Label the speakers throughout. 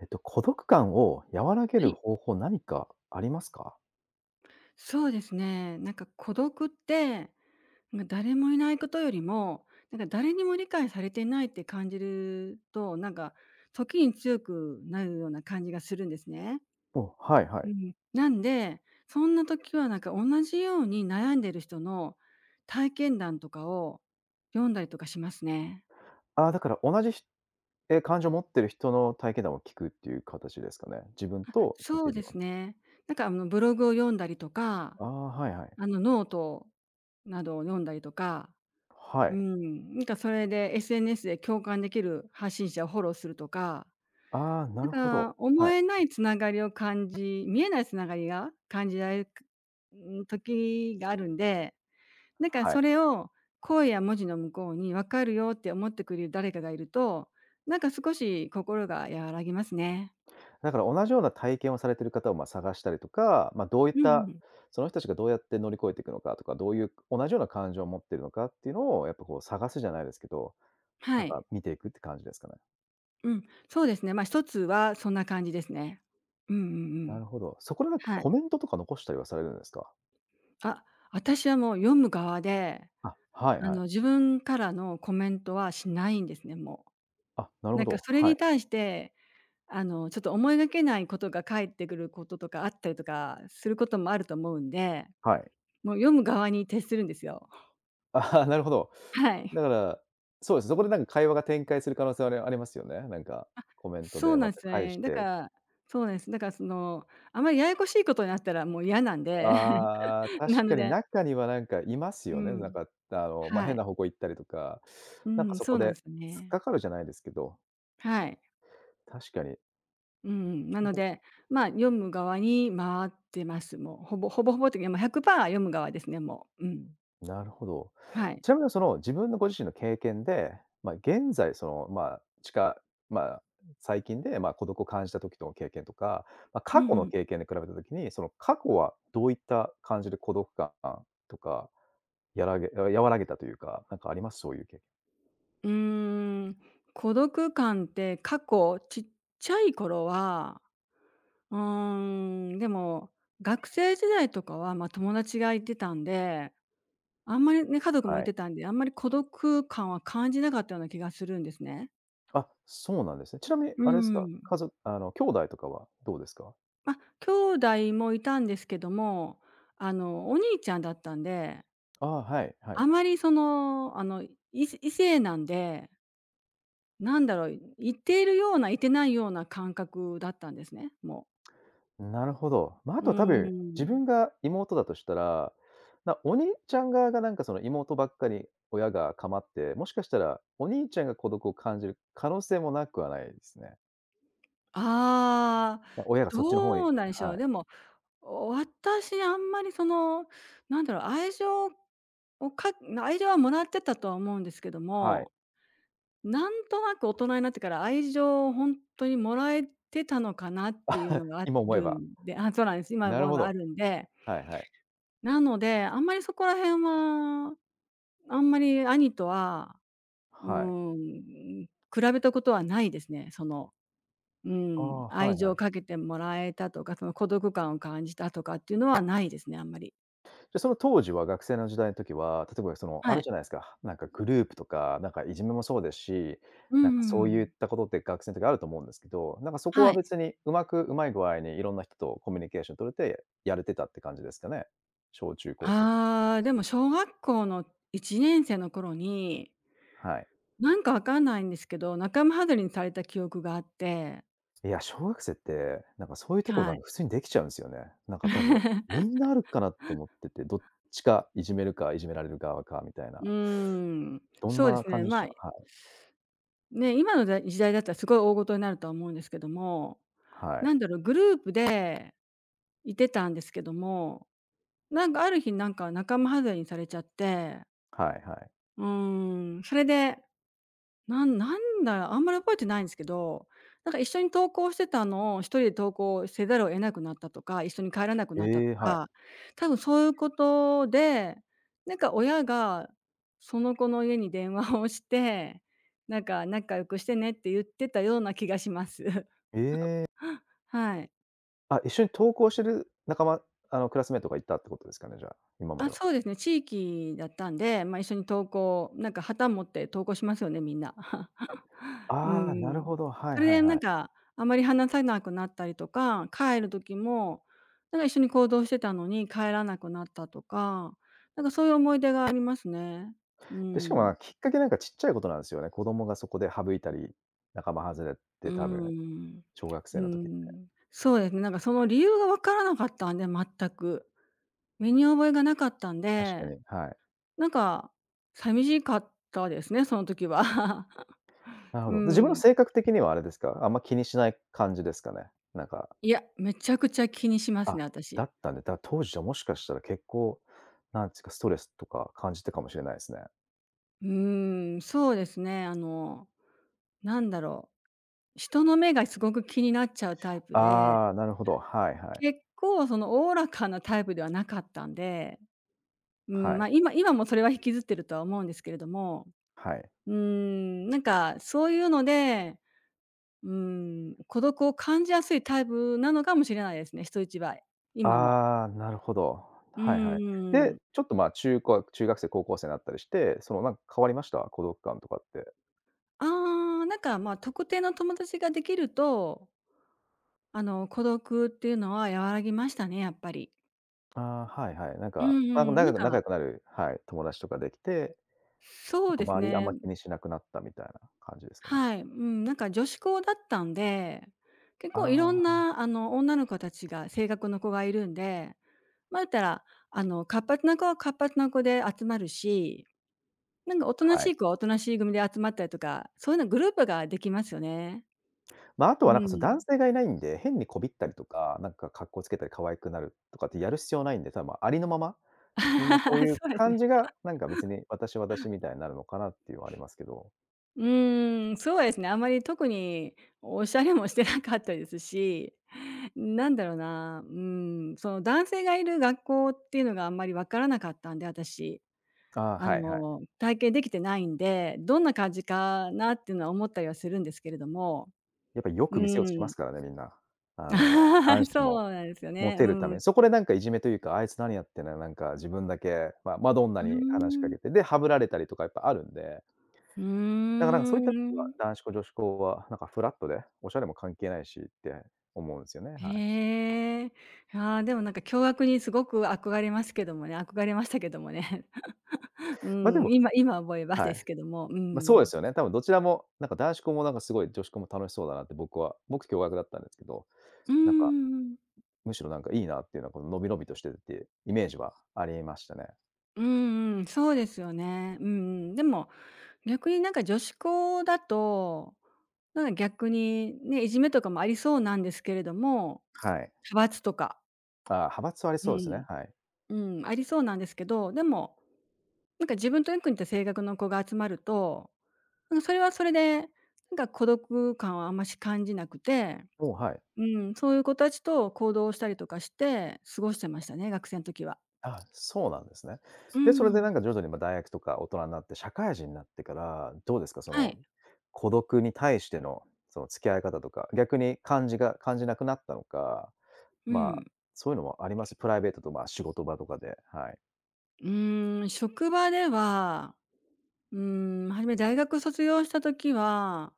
Speaker 1: 孤独感を和らげ
Speaker 2: は
Speaker 1: る
Speaker 2: い、
Speaker 1: 方法、何かありますか？
Speaker 2: そうですね。孤独って、まあ、誰もいないことよりも、誰にも理解されていないって感じると、時に強くなるような感じがするんですね。
Speaker 1: おはいは
Speaker 2: う
Speaker 1: い。
Speaker 2: ん。なんで、そんな時は同じように悩んでる人の体験談とかを読んだりとかしますね。
Speaker 1: ああ、だから同じ感情を持ってる人の体験談を聞くっていう形ですかね。自分と似
Speaker 2: そ
Speaker 1: て
Speaker 2: う
Speaker 1: る
Speaker 2: で
Speaker 1: よう
Speaker 2: す
Speaker 1: な。
Speaker 2: ね。あのブログを読んだりとか、
Speaker 1: ああ、はいはい。
Speaker 2: あのノートなどを読んだりとか
Speaker 1: は
Speaker 2: う
Speaker 1: い。
Speaker 2: ん、それで SNS で共感できる発信者をフォローするとか、
Speaker 1: ああ、なるほ
Speaker 2: なん
Speaker 1: ど。
Speaker 2: か思
Speaker 1: はい。
Speaker 2: えないつながりを感じ見えないつながりが感じられる、うん、時があるんで、なんか
Speaker 1: はい。
Speaker 2: それを声や文字の向こうに分かるよって思ってくれる誰かがいると、少し心が和らぎますね。
Speaker 1: だから同じような体験をされてる方を、ま、探したりとか、ま、どういっ
Speaker 2: うん
Speaker 1: た
Speaker 2: うん。
Speaker 1: その人たちがどうやって乗り越えていくのかとか、どういう同じような感情を持ってるのかっていうのをやっぱこう探すじゃないですけど、
Speaker 2: は
Speaker 1: なん
Speaker 2: い。
Speaker 1: か見ていくって感じですかね。
Speaker 2: うん、そうですね。まあ一つはそんな感じですね。うんうんう
Speaker 1: な
Speaker 2: ん。
Speaker 1: るほど。そこでなんか
Speaker 2: はい。
Speaker 1: コメントとか残したりはされるんですか？
Speaker 2: あ、私はもう読む側で、
Speaker 1: あ、はい
Speaker 2: あ
Speaker 1: はい。
Speaker 2: の、自分からのコメントはしないんですね、も
Speaker 1: あ、な
Speaker 2: う。
Speaker 1: るほど。
Speaker 2: それ
Speaker 1: は
Speaker 2: に
Speaker 1: い、
Speaker 2: 対して、あの、ちょっと思いがけないことが返ってくることとかあったりとかすることもあると思うんで、
Speaker 1: はい。
Speaker 2: もう読む側に徹するんですよ。
Speaker 1: ああ、なるほど。
Speaker 2: はい。
Speaker 1: だから、そうです、そこでなんか会話が展開する可能性はありますよね。なんか、コメント
Speaker 2: そう
Speaker 1: で
Speaker 2: な
Speaker 1: ま
Speaker 2: んで
Speaker 1: た
Speaker 2: すよ
Speaker 1: 返し
Speaker 2: ね。だか
Speaker 1: て。
Speaker 2: ら、そうなんです。だからその、あまりややこしいことになったらもう嫌なんで、
Speaker 1: ああ、確
Speaker 2: な
Speaker 1: か
Speaker 2: の
Speaker 1: に
Speaker 2: で、
Speaker 1: 中にはなんかいます
Speaker 2: う
Speaker 1: よね。なん
Speaker 2: ん、
Speaker 1: か、あの、まあ、
Speaker 2: は
Speaker 1: 変
Speaker 2: い。
Speaker 1: な方向行ったりとか、
Speaker 2: う
Speaker 1: なんか
Speaker 2: ん、
Speaker 1: そ
Speaker 2: そ
Speaker 1: こ
Speaker 2: うなん
Speaker 1: で
Speaker 2: ですよ
Speaker 1: 突っ
Speaker 2: ね。
Speaker 1: かかるじゃないですけど、
Speaker 2: はい。
Speaker 1: 確かに。
Speaker 2: うん、なので、まあ、読む側に回ってます。もうほぼっていうか、まあ、100パーセント読む側ですね、もう。うん。
Speaker 1: なるほど。
Speaker 2: はい。
Speaker 1: ちなみにその自分のご自身の経験で、まあ、現在その、まあ、まあ、最近で、まあ、孤独を感じた時の経験とか、まあ、
Speaker 2: う
Speaker 1: 過去
Speaker 2: んう
Speaker 1: の
Speaker 2: ん。
Speaker 1: 経験で比べた時に、その過去はどういった感じで孤独感とか、やらげ和らげたというか、なんかあります？そういう経験。
Speaker 2: うーん、孤独感って過去、ちっちゃい頃は、うーん、でも、学生時代とかは、まあ、友達がいてたんで、あんまりね、家族もい
Speaker 1: はい。
Speaker 2: てたんで、あんまり孤独感は感じなかったような気がするんですね。
Speaker 1: あ、そうなんですね。ちなみに
Speaker 2: う
Speaker 1: あれですか、
Speaker 2: ん。
Speaker 1: あの、兄弟とかはどうですか？
Speaker 2: まあ、兄弟もいたんですけども、あの、お兄ちゃんだったんで、
Speaker 1: ああ、はいはい。
Speaker 2: あまりその、あの、異性なんで、なんだろう、いているような、いてないような感覚だったんですね、もう。
Speaker 1: なるほど。まあ、あ
Speaker 2: うー
Speaker 1: と多分、自
Speaker 2: ん。
Speaker 1: 分が妹だとしたら、お兄ちゃん側がなんかその妹ばっかり親が構って、もしかしたらお兄ちゃんが孤独を感じる可能性もなくはないですね。
Speaker 2: ああ、
Speaker 1: ま、親がそっちの方
Speaker 2: ど
Speaker 1: に。
Speaker 2: うなんでしょ
Speaker 1: は
Speaker 2: う。
Speaker 1: い、
Speaker 2: でも、私あんまりその、なんだろう、をか愛情はもらってたとは思うんですけど
Speaker 1: は
Speaker 2: も、
Speaker 1: い。
Speaker 2: なんとなく大人になってから愛情をほんとにもらえてたのかなっていう のがあ
Speaker 1: 今思え
Speaker 2: る
Speaker 1: ば。
Speaker 2: んで、あ、そうなんです。今
Speaker 1: な
Speaker 2: も
Speaker 1: るほ
Speaker 2: あ
Speaker 1: ど。
Speaker 2: るんで、
Speaker 1: はいはい。
Speaker 2: なので、あんまりそこら辺は、あんまり兄とは、う
Speaker 1: はい。
Speaker 2: ーん、比べたことはないですね。その、う
Speaker 1: あ
Speaker 2: ん、
Speaker 1: あ、は
Speaker 2: 愛
Speaker 1: い
Speaker 2: 情
Speaker 1: は
Speaker 2: を
Speaker 1: い。
Speaker 2: かけてもらえたとか、その孤独感を感じたとかっていうのはないですね、あんまり。
Speaker 1: で、その当時は、学生の時代の時は、例えばその、あ
Speaker 2: は
Speaker 1: る
Speaker 2: い。
Speaker 1: じゃないですか、なんかグループとか、なんかいじめもそうですし、
Speaker 2: うんう
Speaker 1: なんかそ
Speaker 2: んう
Speaker 1: ういっ
Speaker 2: ん。
Speaker 1: たことって学生の時あると思うんですけど、なんかそこ
Speaker 2: は
Speaker 1: は
Speaker 2: い。
Speaker 1: 別にうまい具合にいろんな人とコミュニケーション取れて、やれてたって感じですかね。小中高と。
Speaker 2: ああ、でも小学校の1年生の頃に、
Speaker 1: はい。
Speaker 2: なんかわかんないんですけど、仲間外れにされた記憶があって、
Speaker 1: いや、小学生って、なんかそういうとこな
Speaker 2: はい。
Speaker 1: んか普通にできちゃうんですよね。なんか多分、み んなあるかなと思ってて、どっちかいじめるか、いじめられる側かみたい
Speaker 2: う
Speaker 1: な。
Speaker 2: ーん、
Speaker 1: どん
Speaker 2: そうで
Speaker 1: な
Speaker 2: す
Speaker 1: 感
Speaker 2: ね、
Speaker 1: じでし
Speaker 2: ま
Speaker 1: た？
Speaker 2: あ
Speaker 1: はい。
Speaker 2: ね、今の時代だったらすごい大事になるとは思うんですけども、
Speaker 1: はい。
Speaker 2: なんだろう、グループでいてたんですけども、ある日仲間外れにされちゃって、
Speaker 1: はいはい。
Speaker 2: うーん、それでなんなんだ、あんまり覚えてないんですけど、一緒に登校してたのを一人で登校せざるを得なくなったとか、一緒に帰らなくなったと
Speaker 1: ええ、はい。
Speaker 2: か、多分そういうことで、親がその子の家に電話をして、「仲良くしてね」って言ってたような気がします。
Speaker 1: ええ。
Speaker 2: はい。
Speaker 1: あ、一緒に登校してる仲間あの、クラスメイトがいたってことですかね、じゃあ、今ま
Speaker 2: あ、
Speaker 1: では。
Speaker 2: そうですね、地域だったんで、ま、一緒に登校、旗持って登校しますよね、みんな。うん
Speaker 1: ああ、な
Speaker 2: う
Speaker 1: る
Speaker 2: ん。
Speaker 1: ほど。は
Speaker 2: そ
Speaker 1: い
Speaker 2: れ
Speaker 1: は
Speaker 2: で
Speaker 1: いはい。
Speaker 2: あまり話さなくなったりとか、帰る時も、一緒に行動してたのに帰らなくなったとか、そういう思い出がありますね。う
Speaker 1: で、しかも、
Speaker 2: ん。
Speaker 1: まあ、きっかけなんかちっちゃいことなんですよね。子供がそこで省いたり、仲間外れっ
Speaker 2: う
Speaker 1: て
Speaker 2: ー
Speaker 1: 多分、
Speaker 2: ん。
Speaker 1: 小学
Speaker 2: う
Speaker 1: 生
Speaker 2: ー
Speaker 1: の時って。
Speaker 2: ん。そうですね、なんかその理由が分からなかったんで、全く。身に覚えがなかったん
Speaker 1: 確か
Speaker 2: で、
Speaker 1: に、はい。
Speaker 2: なんか寂しかったですね、その時は。
Speaker 1: なるほ
Speaker 2: う
Speaker 1: ど。で、自分の
Speaker 2: ん。
Speaker 1: 性格的にはあれですか、あんま気にしない感じですかね？なんか、
Speaker 2: いや、めちゃくちゃ気にします
Speaker 1: あ、
Speaker 2: ね、
Speaker 1: だ
Speaker 2: 私。
Speaker 1: ったんで、当時はもしかしたら結構、なんつか、ストレスとか感じてたかもしれないですね。
Speaker 2: うーん、そうですね。あの、なんだろう、人の目がすごく気になっちゃうタイプで、
Speaker 1: ああ、なるほど。はいはい。
Speaker 2: 結構そのおおらかなタイプではなかったんで、う
Speaker 1: は
Speaker 2: ん、
Speaker 1: い。
Speaker 2: ま、今もそれは引きずってるとは思うんですけれども、
Speaker 1: はい。
Speaker 2: うーん、なんかそういうので、うーん、孤独を感じやすいタイプなのかもしれないですね、人一倍、今も。
Speaker 1: ああ、なるほど。
Speaker 2: う
Speaker 1: はいはい。
Speaker 2: ん
Speaker 1: で、
Speaker 2: ん、
Speaker 1: ちょっと、まあ、中学生、高校生になったりして、その、なんか変わりました？孤独感とかって。
Speaker 2: ああ、なんか、ま、特定の友達ができると、あの、孤独っていうのは和らぎましたね、やっぱり。
Speaker 1: ああ、はいはい。なん
Speaker 2: うん
Speaker 1: か、
Speaker 2: う
Speaker 1: なんか
Speaker 2: ん、
Speaker 1: 仲仲良くなる。はい、友達とかできて、
Speaker 2: そ
Speaker 1: なん
Speaker 2: う
Speaker 1: か
Speaker 2: です
Speaker 1: 周りあん
Speaker 2: ね。
Speaker 1: ま気にしなくなったみたいな感じですかね。
Speaker 2: はい、うん、なんか女子校だったんで、結構いろん
Speaker 1: あ
Speaker 2: なあの女の子たちが性格の子がいるんで、まあ、言ったらあの活発な子は活発な子で集まるし、おとな
Speaker 1: あ、は
Speaker 2: し
Speaker 1: い。
Speaker 2: い子はおとなしい組で集まったりとか、そういうのグループができますよね。
Speaker 1: まあ、あと
Speaker 2: う
Speaker 1: はなんか、その、
Speaker 2: ん。
Speaker 1: 男性がいないんで、変にこびったりとか、なんか格好つけたり可愛くなるとかってやる必要ないんで、多分ありのまま、みんなそう い
Speaker 2: そ
Speaker 1: う
Speaker 2: うです
Speaker 1: 感
Speaker 2: ね。
Speaker 1: じが、なんか別に私みたいになるのかなっていうのはありますけど。
Speaker 2: うーん、そうですね。あまり特におしゃれもしてなかったですし、なんだろうな、うん、その男性がいる学校っていうのがあんまり分からなかったんで、私。
Speaker 1: ああ、
Speaker 2: あ
Speaker 1: はいはい。
Speaker 2: の、体験できてないんで、どんな感じかなっていうのは思ったりはするんですけれども。
Speaker 1: やっぱよ
Speaker 2: う
Speaker 1: く見せようとしま
Speaker 2: ん。
Speaker 1: すからね、みんな。あの、男 子も
Speaker 2: そうなんですよ
Speaker 1: モ
Speaker 2: ね。う
Speaker 1: テるた
Speaker 2: ん。
Speaker 1: め、そこでなんかいじめというか、あいつ何やってんだよ、なんか自分だけ、ま、マドンナ
Speaker 2: うー
Speaker 1: に話しか
Speaker 2: ん。
Speaker 1: けて、で、ハブられたりとかやっぱあるんで、
Speaker 2: うー
Speaker 1: だからなんかそういった意味では、
Speaker 2: ん。
Speaker 1: 男子校、女子校はなんかフラットで、おしゃれも関係ないしって思うんですよね、はい。
Speaker 2: へえ。ああ、でもなんか共学にすごく憧れましたけどもね。う
Speaker 1: ま、で
Speaker 2: ん、
Speaker 1: も
Speaker 2: 今思えば
Speaker 1: は
Speaker 2: で
Speaker 1: い。
Speaker 2: すけども、う
Speaker 1: ま、そうで
Speaker 2: ん。
Speaker 1: すよね。多分どちらも、なんか男子校もなんかすごい女子校も楽しそうだなって僕共学だったんですけど、
Speaker 2: うー
Speaker 1: なんか、
Speaker 2: ん。
Speaker 1: むしろなんかいいなっていうのはこの伸び伸びとしてて、イメージはありましたね。
Speaker 2: うんうん、そうですよね。うんうん。でも、逆になんか女子校だと、なんか逆にね、いじめとかもありそうなんですけれども、
Speaker 1: はい。
Speaker 2: 派閥とか、
Speaker 1: ああ、派閥はあり
Speaker 2: う
Speaker 1: そうです
Speaker 2: ん、
Speaker 1: ね。はい。
Speaker 2: うん、ありそうなんですけど、でも、自分とよく似た性格の子が集まると、それはそれで、孤独感はあんまし感じなくて、
Speaker 1: もう、はい。
Speaker 2: うん、そういう子たちと行動したりとかして過ごしてましたね、学生の時は。
Speaker 1: あ、そうなんですね。
Speaker 2: う
Speaker 1: で、それで
Speaker 2: ん。
Speaker 1: なんか徐々に、ま、大学とか大人になって、社会人になってから、どうですか、そ
Speaker 2: は
Speaker 1: の、
Speaker 2: い。
Speaker 1: 孤独に対しての、その付き合い方とか、逆に感じなくなったのか、
Speaker 2: う
Speaker 1: ま
Speaker 2: ん。
Speaker 1: あ、そういうのもあります？プライベートと、まあ、仕事場とかで、はい。
Speaker 2: うーん、職場ではうーん、初め大学卒業した時は、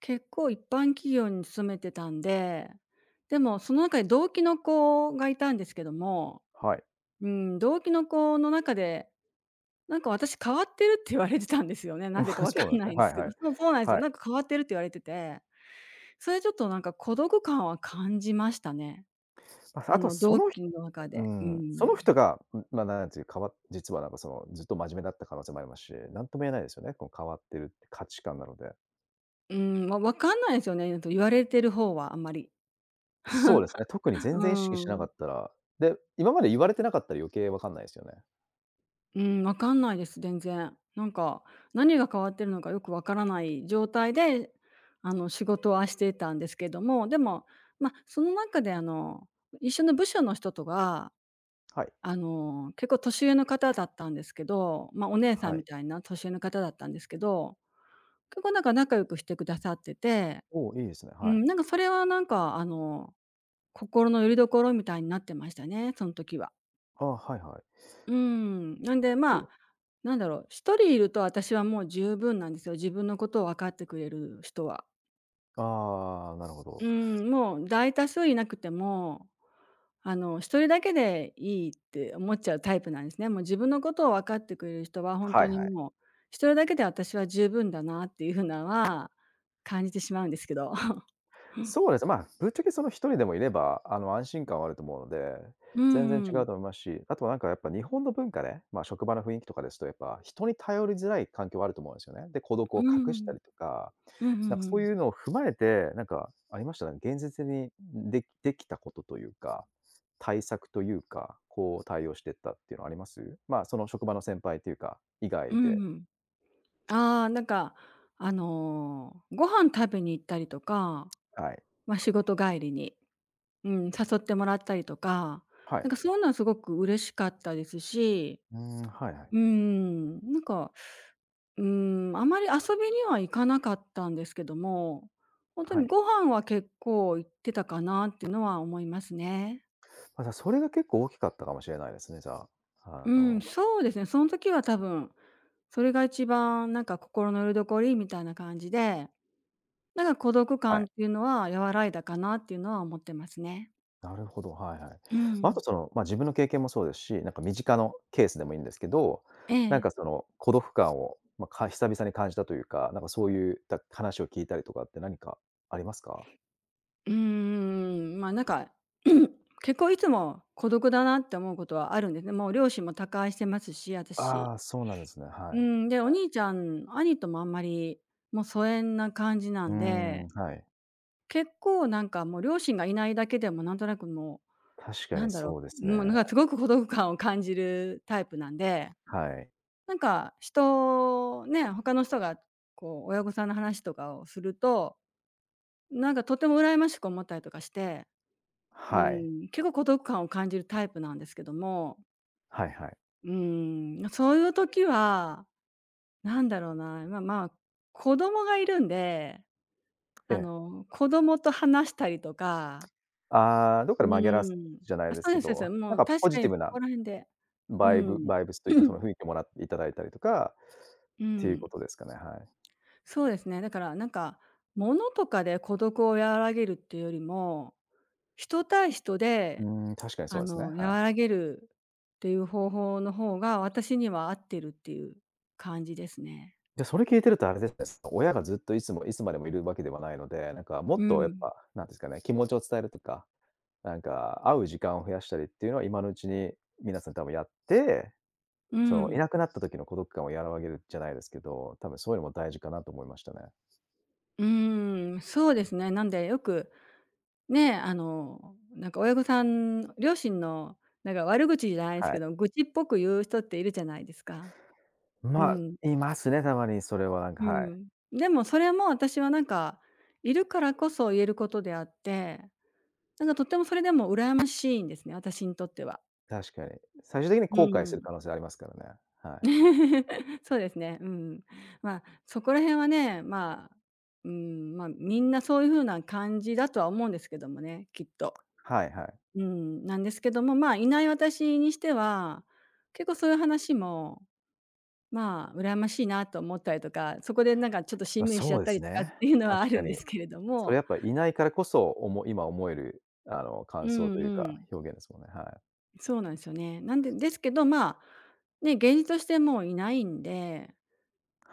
Speaker 2: 結構一般企業に勤めてたんで、でもその中で同期の子がいたんですけども、
Speaker 1: はい。
Speaker 2: うん、同期の子の中で、なんか私変わってるって言われてたんですよね。なぜか わ
Speaker 1: そ
Speaker 2: か
Speaker 1: うなん
Speaker 2: ん
Speaker 1: です
Speaker 2: な
Speaker 1: ね。
Speaker 2: いんで
Speaker 1: は
Speaker 2: す
Speaker 1: い
Speaker 2: け
Speaker 1: は
Speaker 2: ど。
Speaker 1: い。
Speaker 2: そうなんですよ。
Speaker 1: はい。
Speaker 2: なんか変わってるって言われてて、それちょっとなんか孤独感は感じましたね。
Speaker 1: ま、あ
Speaker 2: あ
Speaker 1: あとは
Speaker 2: の
Speaker 1: そ
Speaker 2: 同
Speaker 1: の人
Speaker 2: 期の中
Speaker 1: う
Speaker 2: で。う
Speaker 1: ん、そ
Speaker 2: ん。
Speaker 1: の人が、まあ、なんていうか、変わっ実はなんかその、ずっと真面目だった可能性もありますし、なんとも言えないですよね、この変わってるって価値観なので。
Speaker 2: うん、まあ、わかんないですよね、言われてる方はあんまり。
Speaker 1: そうですね、特に
Speaker 2: う
Speaker 1: 全然意識しな
Speaker 2: ー
Speaker 1: か
Speaker 2: ん。
Speaker 1: ったら、で、今まで言われてなかったら余計わかんないですよね。
Speaker 2: うん、わかんないです、全然。なんか、何が変わってるのかよくわからない状態で、あの、仕事はしていたんですけども、でも、まあ、その中で、あの、一緒の部署の人とが、
Speaker 1: はい。
Speaker 2: あの、結構年上の方だったんですけど、まあ、お姉さ
Speaker 1: は
Speaker 2: んみ
Speaker 1: い。
Speaker 2: たいな年上の方だったんですけど、結構なんか仲良くしてくださってて、
Speaker 1: おお、いいですね、
Speaker 2: う
Speaker 1: は
Speaker 2: ん、
Speaker 1: い。
Speaker 2: なんかそれはなんか、あの、心の拠り所みたいになってましたね、その時は。
Speaker 1: ああ、はいはい。
Speaker 2: うん、なんで、
Speaker 1: ち
Speaker 2: まあ、
Speaker 1: ょ
Speaker 2: なんだろう、一人いると私はもう十分なんですよ。自分のことを分かってくれる人は。
Speaker 1: ああ、なるほど。
Speaker 2: うん、もう大多数いなくても、一人だけでいいって思っちゃうタイプなんですね。もう自分のことを分かってくれる人は本
Speaker 1: は
Speaker 2: 当
Speaker 1: い
Speaker 2: に
Speaker 1: はい。
Speaker 2: もう、一人だけで私は十分だなっていうふうなは感じてしまうんですけど。
Speaker 1: そうですね、まあ、ぶっちゃけその一人でもいれば、あの、安心感はあると思うので、
Speaker 2: う
Speaker 1: 全然
Speaker 2: んう
Speaker 1: 違
Speaker 2: ん。
Speaker 1: うと思いますし、あとはなんかやっぱ日本の文化で、まあ、職場の雰囲気とかですとやっぱ人に頼りづらい環境はあると思うんですよね。で、孤独
Speaker 2: う
Speaker 1: を
Speaker 2: ん
Speaker 1: 隠
Speaker 2: う
Speaker 1: した
Speaker 2: ん。
Speaker 1: りとか
Speaker 2: うんう
Speaker 1: なんか
Speaker 2: ん
Speaker 1: そうい
Speaker 2: う
Speaker 1: う
Speaker 2: ん。
Speaker 1: のを踏まえて、なんかありましたね。現実にできたことというか、対策というか、こう対応してったっていうのあります？まあ、その職場の先輩というか、以
Speaker 2: う
Speaker 1: 外
Speaker 2: ん
Speaker 1: で、
Speaker 2: うん。ああ、なんか、ご飯食べに行ったりとか、
Speaker 1: はい。
Speaker 2: まあ、仕事帰りに、うん、誘ってもらったりとか、
Speaker 1: は
Speaker 2: な
Speaker 1: い。
Speaker 2: んかそういうのはすごく嬉しかったですし、
Speaker 1: うーん、はいはい。
Speaker 2: なんか、うーん、あまり遊びには行かなかったんですけども、本当
Speaker 1: は
Speaker 2: に
Speaker 1: い。
Speaker 2: ご飯は結構行ってたかなっていうのは思いますね。
Speaker 1: ま、じゃ、それが結構大きかったかもしれないですね、じゃあ。
Speaker 2: う
Speaker 1: あ
Speaker 2: ん、
Speaker 1: の
Speaker 2: そうですね、その時は多分、それが一番なんか心の拠りどこりみたいな感じで、なんか孤独
Speaker 1: は
Speaker 2: 感っ
Speaker 1: い。
Speaker 2: ていうのは和らいだかなっていうのは思ってますね。
Speaker 1: なるほど、はいはい。
Speaker 2: う
Speaker 1: まあ、あと
Speaker 2: ん。
Speaker 1: その、まあ、自分の経験もそうですし、なんか身近のケースでもいいんですけど、
Speaker 2: え
Speaker 1: なん
Speaker 2: え。
Speaker 1: かその孤独感を、まあ、久々に感じたというか、なんかそういう話を聞いたりとかって何かありますか？
Speaker 2: うーん、まあ、なんか 結構いつも孤独だなって思うことはあるんですね。もう両親も他界してますし、私。
Speaker 1: ああー、そうなんですね、は
Speaker 2: う
Speaker 1: い。
Speaker 2: ん、で、お兄ちゃん、兄ともあんまり、もう疎遠な感じな
Speaker 1: うー
Speaker 2: ん
Speaker 1: ん、
Speaker 2: で、
Speaker 1: はい。
Speaker 2: 結構なんかもう両親がいないだけでもなんとなくも
Speaker 1: 確
Speaker 2: う、
Speaker 1: か
Speaker 2: な
Speaker 1: に
Speaker 2: んだろ
Speaker 1: そうです
Speaker 2: う、
Speaker 1: ね。
Speaker 2: もうなんかすごく孤独感を感じるタイプなんで、
Speaker 1: はい。
Speaker 2: なんか人ね、他の人がこう親御さんの話とかをすると、なんかとても羨ましく思ったりとかして、う
Speaker 1: はい。
Speaker 2: ん、結構孤独感を感じるタイプなんですけども、
Speaker 1: はいはい。
Speaker 2: うん、まそういう時は、なんだろうな、まあまあ、子供がいるんで、
Speaker 1: ええ。
Speaker 2: 子供と話したりとか、
Speaker 1: ああ、どっか
Speaker 2: う
Speaker 1: で紛らわす
Speaker 2: ん、
Speaker 1: じゃな
Speaker 2: あ、
Speaker 1: いで
Speaker 2: そ
Speaker 1: す
Speaker 2: う
Speaker 1: け
Speaker 2: ですそうです。
Speaker 1: ど、な
Speaker 2: も
Speaker 1: ん
Speaker 2: う
Speaker 1: かポ
Speaker 2: 確か
Speaker 1: ジ
Speaker 2: に
Speaker 1: テ
Speaker 2: そ
Speaker 1: ィブな
Speaker 2: こら辺で、う
Speaker 1: バイブ
Speaker 2: ん。
Speaker 1: バイブスというか、そ の雰囲気をもらっていただいたりとかっ
Speaker 2: う
Speaker 1: ていうこ
Speaker 2: ん。
Speaker 1: とですかね、はい。
Speaker 2: そうですね。だからなんか、物とかで孤独を和らげるっていうよりも、人対人
Speaker 1: う
Speaker 2: で
Speaker 1: ーん、確かにそうですね、はい。
Speaker 2: 和らげるっていう方法の方が、私には合ってるっていう感じですね。
Speaker 1: で、それ聞いてるとあれですね、親がずっといつまでもいるわけではないので、なんかも
Speaker 2: う
Speaker 1: っとやっ
Speaker 2: ん。
Speaker 1: ぱ、なんですかね、気持ちを伝えるとか、なんか会う時間を増やしたりっていうのは今のうちに皆さん多分やって、
Speaker 2: う
Speaker 1: そのい
Speaker 2: ん。
Speaker 1: なくなった時の孤独感を和らげるじゃないですけど、多分そういうのも大事かなと思いましたね。
Speaker 2: うーん、そうですね。なんでよく、ね、なんか親御さん両親のなんか悪口じゃないです
Speaker 1: は
Speaker 2: け
Speaker 1: い。
Speaker 2: ど、愚痴っぽく言う人っているじゃないですか。う
Speaker 1: ま
Speaker 2: ん。
Speaker 1: あ、いますね、たまにそれはなんか、
Speaker 2: う
Speaker 1: はい。
Speaker 2: ん。でもそれも私はなんか、いるからこそ言えることであって、なんかとってもそれでも羨ましいんですね、私にとっては。
Speaker 1: 確かに。最終的に
Speaker 2: う
Speaker 1: 後悔する
Speaker 2: ん。
Speaker 1: 可能性ありますからね。はい。
Speaker 2: そうですね。うん。まあ、そこら辺はね、まあ、うん、まあ、みんなそういう風な感じだとは思うんですけどもね、きっと。
Speaker 1: はいはい。
Speaker 2: うん、なんですけども、まあ、いない私にしては、結構そういう話も、まあ、羨ましいなと思ったりとか、そこでなんかちょっとし
Speaker 1: まあ、
Speaker 2: んみりしちゃ
Speaker 1: そう
Speaker 2: っ
Speaker 1: で
Speaker 2: た
Speaker 1: す
Speaker 2: りとかっ
Speaker 1: ね。
Speaker 2: ていうの
Speaker 1: 確
Speaker 2: はあ
Speaker 1: か
Speaker 2: るんで
Speaker 1: に。
Speaker 2: すけれど
Speaker 1: それ
Speaker 2: も。
Speaker 1: やっぱいないからこそ、今思える、あの、
Speaker 2: う
Speaker 1: 感想と
Speaker 2: ん
Speaker 1: いう
Speaker 2: う
Speaker 1: か、
Speaker 2: ん。
Speaker 1: 表現ですもんね。はい。
Speaker 2: そうなんですよね。なんでですけど、まあ、ね、現実としてもういないんで、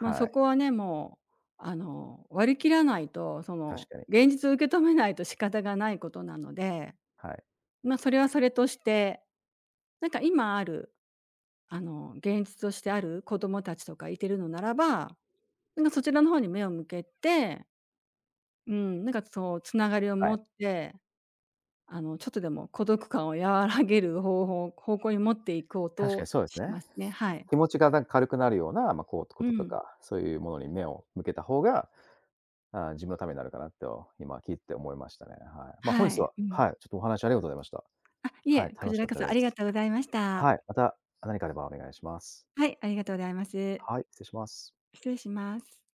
Speaker 2: まあ、そ
Speaker 1: い、
Speaker 2: こはね、もう、割り切らないと、そ
Speaker 1: 確
Speaker 2: の、
Speaker 1: かに。
Speaker 2: 現実を受け止めないと仕方がないことなので、
Speaker 1: はい、
Speaker 2: まあ、それはそれとして、なんか今ある、現実としてある子どもたちとかいてるのならば、なんかそちらの方に目を向けて、うん、なんかそうつながりを
Speaker 1: は
Speaker 2: 持
Speaker 1: い。
Speaker 2: って、ちょっとでも孤独感を和らげる方法方向に持っていこう
Speaker 1: 確かに
Speaker 2: と
Speaker 1: そうです
Speaker 2: し
Speaker 1: ね。
Speaker 2: ますね。はい。
Speaker 1: 気持ちがなんか軽くなるような、ま、こうこ
Speaker 2: う
Speaker 1: とと
Speaker 2: ん。
Speaker 1: か、そういうものに目を向けた方が、ああ、自分のためになるかなと、今聞いて思いましたね。はい。ま、本
Speaker 2: は
Speaker 1: 日
Speaker 2: い。
Speaker 1: は
Speaker 2: うん。
Speaker 1: はい、ちょっとお話ありがとうございました。
Speaker 2: あ、い
Speaker 1: はい、
Speaker 2: え、こ
Speaker 1: 楽
Speaker 2: ち
Speaker 1: し
Speaker 2: ら
Speaker 1: かっ
Speaker 2: こ
Speaker 1: た
Speaker 2: そあ
Speaker 1: で
Speaker 2: りが
Speaker 1: す。
Speaker 2: とうございました。
Speaker 1: はい、また何かあればお願いします。
Speaker 2: はい、ありがとうございます。
Speaker 1: はい、失礼します。
Speaker 2: 失礼します。